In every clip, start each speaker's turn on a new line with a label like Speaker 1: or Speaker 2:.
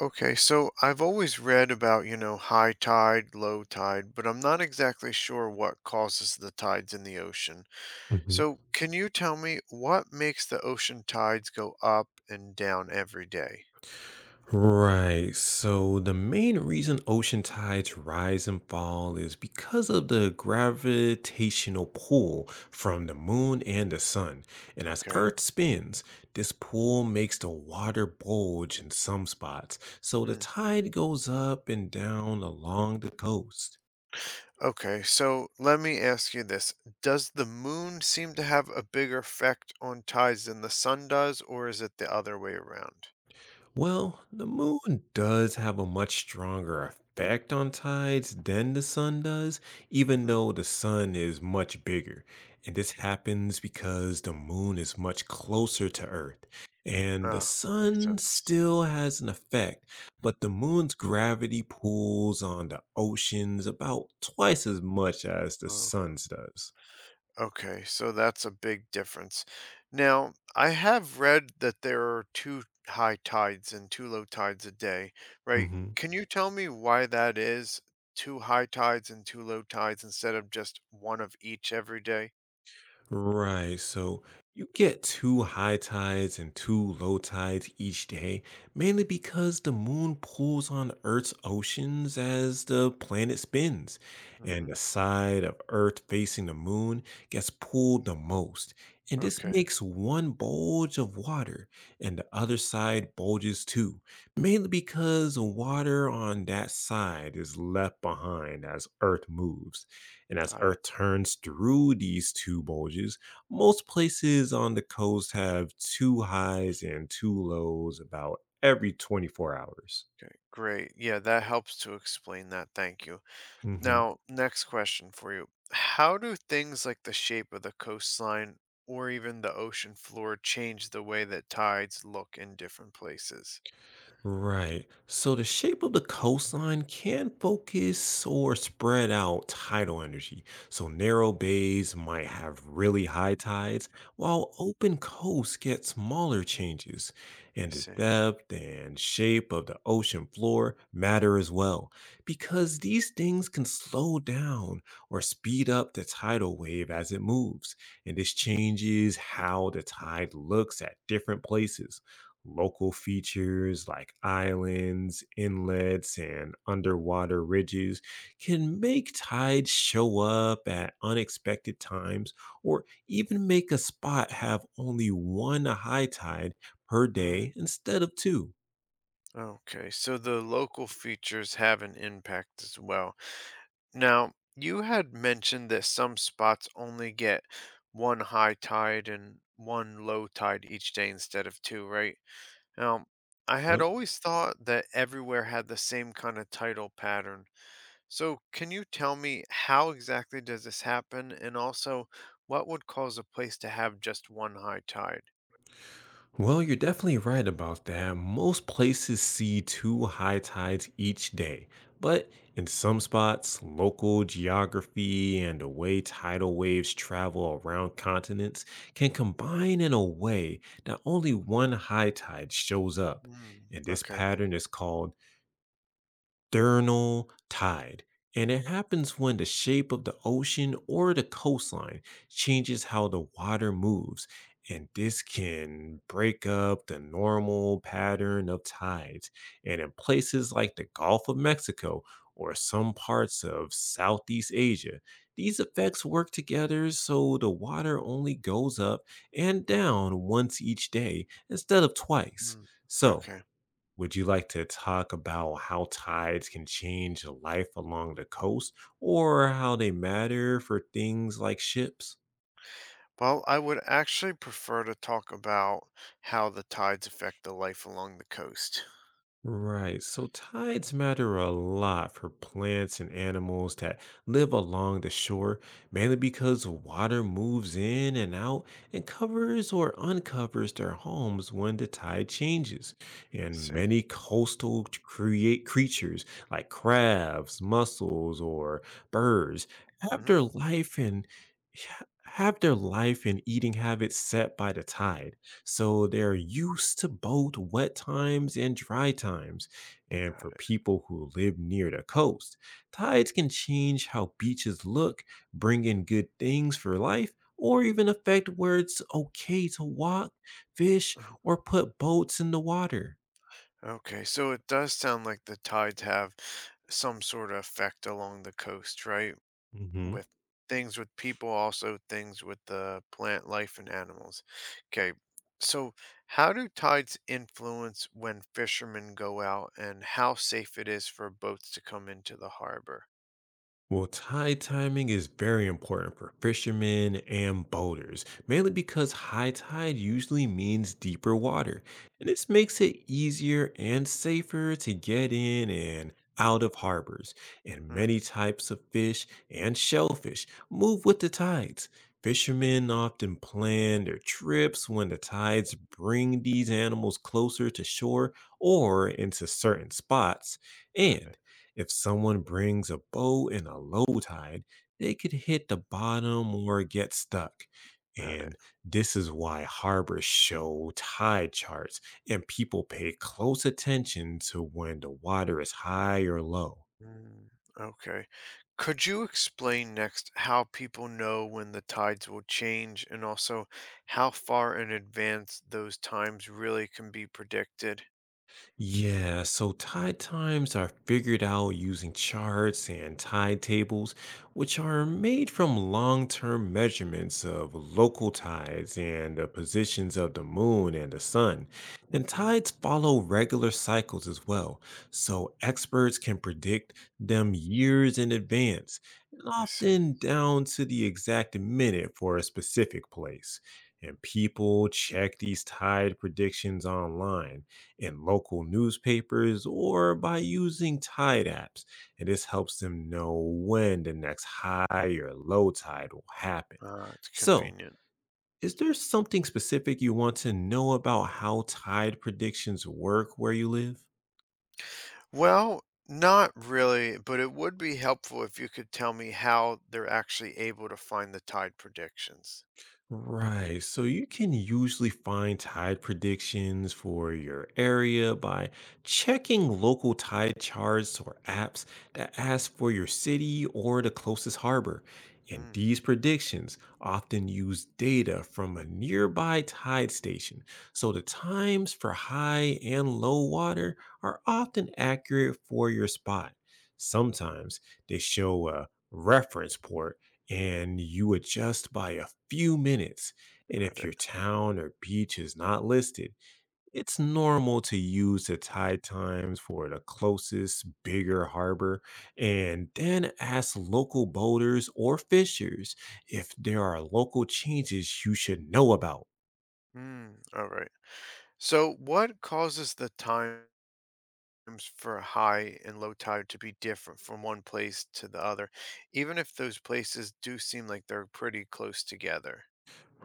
Speaker 1: Okay, so I've always read about, high tide, low tide, but I'm not exactly sure what causes the tides in the ocean.
Speaker 2: Mhm.
Speaker 1: So, can you tell me what makes the ocean tides go up and down every day?
Speaker 2: Right. So the main reason ocean tides rise and fall is because of the gravitational pull from the moon and the sun. And as
Speaker 1: Okay.
Speaker 2: Earth spins, this pull makes the water bulge in some spots. So the
Speaker 1: Hmm.
Speaker 2: tide goes up and down along the coast.
Speaker 1: Okay, so let me ask you this. Does the moon seem to have a bigger effect on tides than the sun does, or is it the other way around?
Speaker 2: Well, the moon does have a much stronger effect on tides than the sun does, even
Speaker 1: Mm-hmm.
Speaker 2: though the sun is much bigger. And this happens because the moon is much closer to Earth. And the
Speaker 1: Ah, makes
Speaker 2: sun
Speaker 1: sense.
Speaker 2: still has an effect, but the moon's gravity pulls on the oceans about twice as much as the sun's does.
Speaker 1: Okay, so that's a big difference. Now, I have read that there are two high tides and two low tides a day, right?
Speaker 2: Mhm.
Speaker 1: Can you tell me why that is? Two high tides and two low tides instead of just one of each every day?
Speaker 2: Right. So you get two high tides and two low tides each day, mainly because the moon pulls on Earth's oceans as the planet spins, and
Speaker 1: Mm-hmm.
Speaker 2: the side of Earth facing the moon gets pulled the most. And this
Speaker 1: Okay,
Speaker 2: makes one bulge of water, and the other side bulges too, mainly because water on that side is left behind as Earth moves. And as
Speaker 1: got it.
Speaker 2: Earth turns through these two bulges, most places on the coast have two highs and two lows about every 24 hours.
Speaker 1: Okay, great. Yeah, that helps to explain that. Thank you.
Speaker 2: Hmm.
Speaker 1: Now, next question for you. How do things like the shape of the coastline or even the ocean floor change the way that tides look in different places?
Speaker 2: Right. So the shape of the coastline can focus or spread out tidal energy. So narrow bays might have really high tides, while open coasts get smaller changes.
Speaker 1: I
Speaker 2: And the
Speaker 1: see.
Speaker 2: depth and shape of the ocean floor matter as well, because these things can slow down or speed up the tidal wave as it moves. And this changes how the tide looks at different places. Local features like islands, inlets, and underwater ridges can make tides show up at unexpected times or even make a spot have only one high tide per
Speaker 1: Hmm.
Speaker 2: day instead of two.
Speaker 1: Okay, so the local features have an impact as well. Now, you had mentioned that some spots only get one high tide and one low tide each day instead of two, right? Now, I had
Speaker 2: Yep.
Speaker 1: always thought that everywhere had the same kind of tidal pattern. So, can you tell me how exactly does this happen and also what would cause a place to have just one high tide?
Speaker 2: Well, you're definitely right about that. Most places see two high tides each day, but in some spots, local geography and the way tidal waves travel around continents can combine in a way that only one high tide shows up.
Speaker 1: Mm,
Speaker 2: And this
Speaker 1: okay.
Speaker 2: pattern is called external tide, and it happens when the shape of the ocean or the coastline changes how the water moves. And this can break up the normal pattern of tides. And in places like the Gulf of Mexico or some parts of Southeast Asia, these effects work together so the water only goes up and down once each day instead of twice.
Speaker 1: Mm,
Speaker 2: So,
Speaker 1: okay.
Speaker 2: would you like to talk about how tides can change life along the coast or how they matter for things like ships?
Speaker 1: Well, I would actually prefer to talk about how the tides affect the life along the coast.
Speaker 2: Right. So tides matter a lot for plants and animals that live along the shore, mainly because water moves in and out and covers or uncovers their homes when the tide changes.
Speaker 1: I
Speaker 2: And
Speaker 1: see.
Speaker 2: many coastal t- create creatures like crabs, mussels, or birds have
Speaker 1: Hmm.
Speaker 2: their life and have their life and eating habits set by the tide. So they're used to both wet times and dry times. And
Speaker 1: Got
Speaker 2: for people who live near the coast, tides can change how beaches look, bring in good things for life, or even affect where it's okay to walk, fish,
Speaker 1: it.
Speaker 2: or put boats in the water.
Speaker 1: Okay, so it does sound like the tides have some sort of effect along the coast, right?
Speaker 2: Hmm.
Speaker 1: With things with people, also things with the plant life and animals. Okay, so how do tides influence when fishermen go out and how safe it is for boats to come into the harbor?
Speaker 2: Well, tide timing is very important for fishermen and boaters, mainly because high tide usually means deeper water, and this makes it easier and safer to get in and out of harbors. And
Speaker 1: Mm,
Speaker 2: many types of fish and shellfish move with the tides. Fishermen often plan their trips when the tides bring these animals closer to shore or into certain spots.
Speaker 1: got
Speaker 2: And
Speaker 1: it,
Speaker 2: if someone brings a boat in a low tide, they could hit the bottom or get stuck.
Speaker 1: got it.
Speaker 2: And this is why harbors show tide charts and people pay close attention to when the water is high or low.
Speaker 1: Mm, okay. Could you explain next how people know when the tides will change and also how far in advance those times really can be predicted?
Speaker 2: Yeah, so tide times are figured out using charts and tide tables, which are made from long term measurements of local tides and the positions of the moon and the sun. And
Speaker 1: Hmm.
Speaker 2: tides follow regular cycles as well, so experts can predict them years in advance, and
Speaker 1: I see.
Speaker 2: often down to the exact minute for a specific place. And people check these tide predictions online in local newspapers or by using tide apps. And this helps them know when the next high or low tide will happen.
Speaker 1: Ah, it's
Speaker 2: So,
Speaker 1: convenient.
Speaker 2: is there something specific you want to know about how tide predictions work where you live?
Speaker 1: Well, not really, but it would be helpful if you could tell me how they're actually able to find the tide predictions.
Speaker 2: Right. So you can usually find tide predictions for your area by checking local tide charts or apps that ask for your city or the closest harbor. And
Speaker 1: Mm,
Speaker 2: these predictions often use data from a nearby tide station. So the times for high and low water are often accurate for your spot. Sometimes they show a reference port and you adjust by a few minutes. And
Speaker 1: got
Speaker 2: if
Speaker 1: it.
Speaker 2: your town or beach is not listed, it's normal to use the tide times for the closest bigger harbor and then ask local boaters or fishers if there are local changes you should know about.
Speaker 1: Mm, all right. So, what causes the time? Terms for high and low tide to be different from one place to the other, even if those places do seem like they're pretty close together.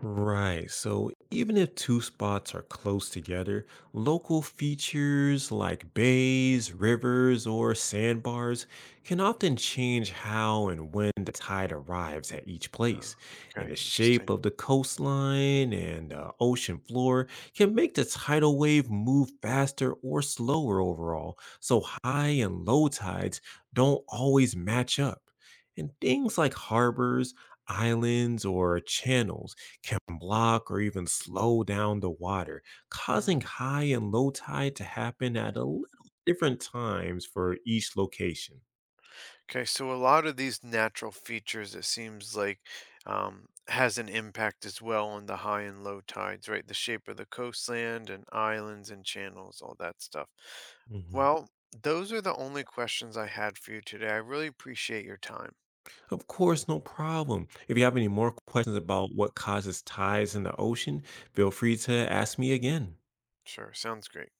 Speaker 2: Right. So even if two spots are close together, local features like bays, rivers, or sandbars can often change how and when the tide arrives at each
Speaker 1: Oh,
Speaker 2: place. And
Speaker 1: okay,
Speaker 2: the shape
Speaker 1: interesting.
Speaker 2: of the coastline and the ocean floor can make the tidal wave move faster or slower overall. So high and low tides don't always match up. And things like harbors, islands, or channels can block or even slow down the water, causing
Speaker 1: Mm.
Speaker 2: high and low tide to happen at a little different times for each location.
Speaker 1: Okay, so a lot of these natural features, it seems like, has an impact as well on the high and low tides, right? The shape of the coastland and islands and channels, all that stuff.
Speaker 2: Hmm.
Speaker 1: Well, those are the only questions I had for you today. I really appreciate your time.
Speaker 2: Of course, no problem. If you have any more questions about what causes tides in the ocean, feel free to ask me again.
Speaker 1: Sure, sounds great.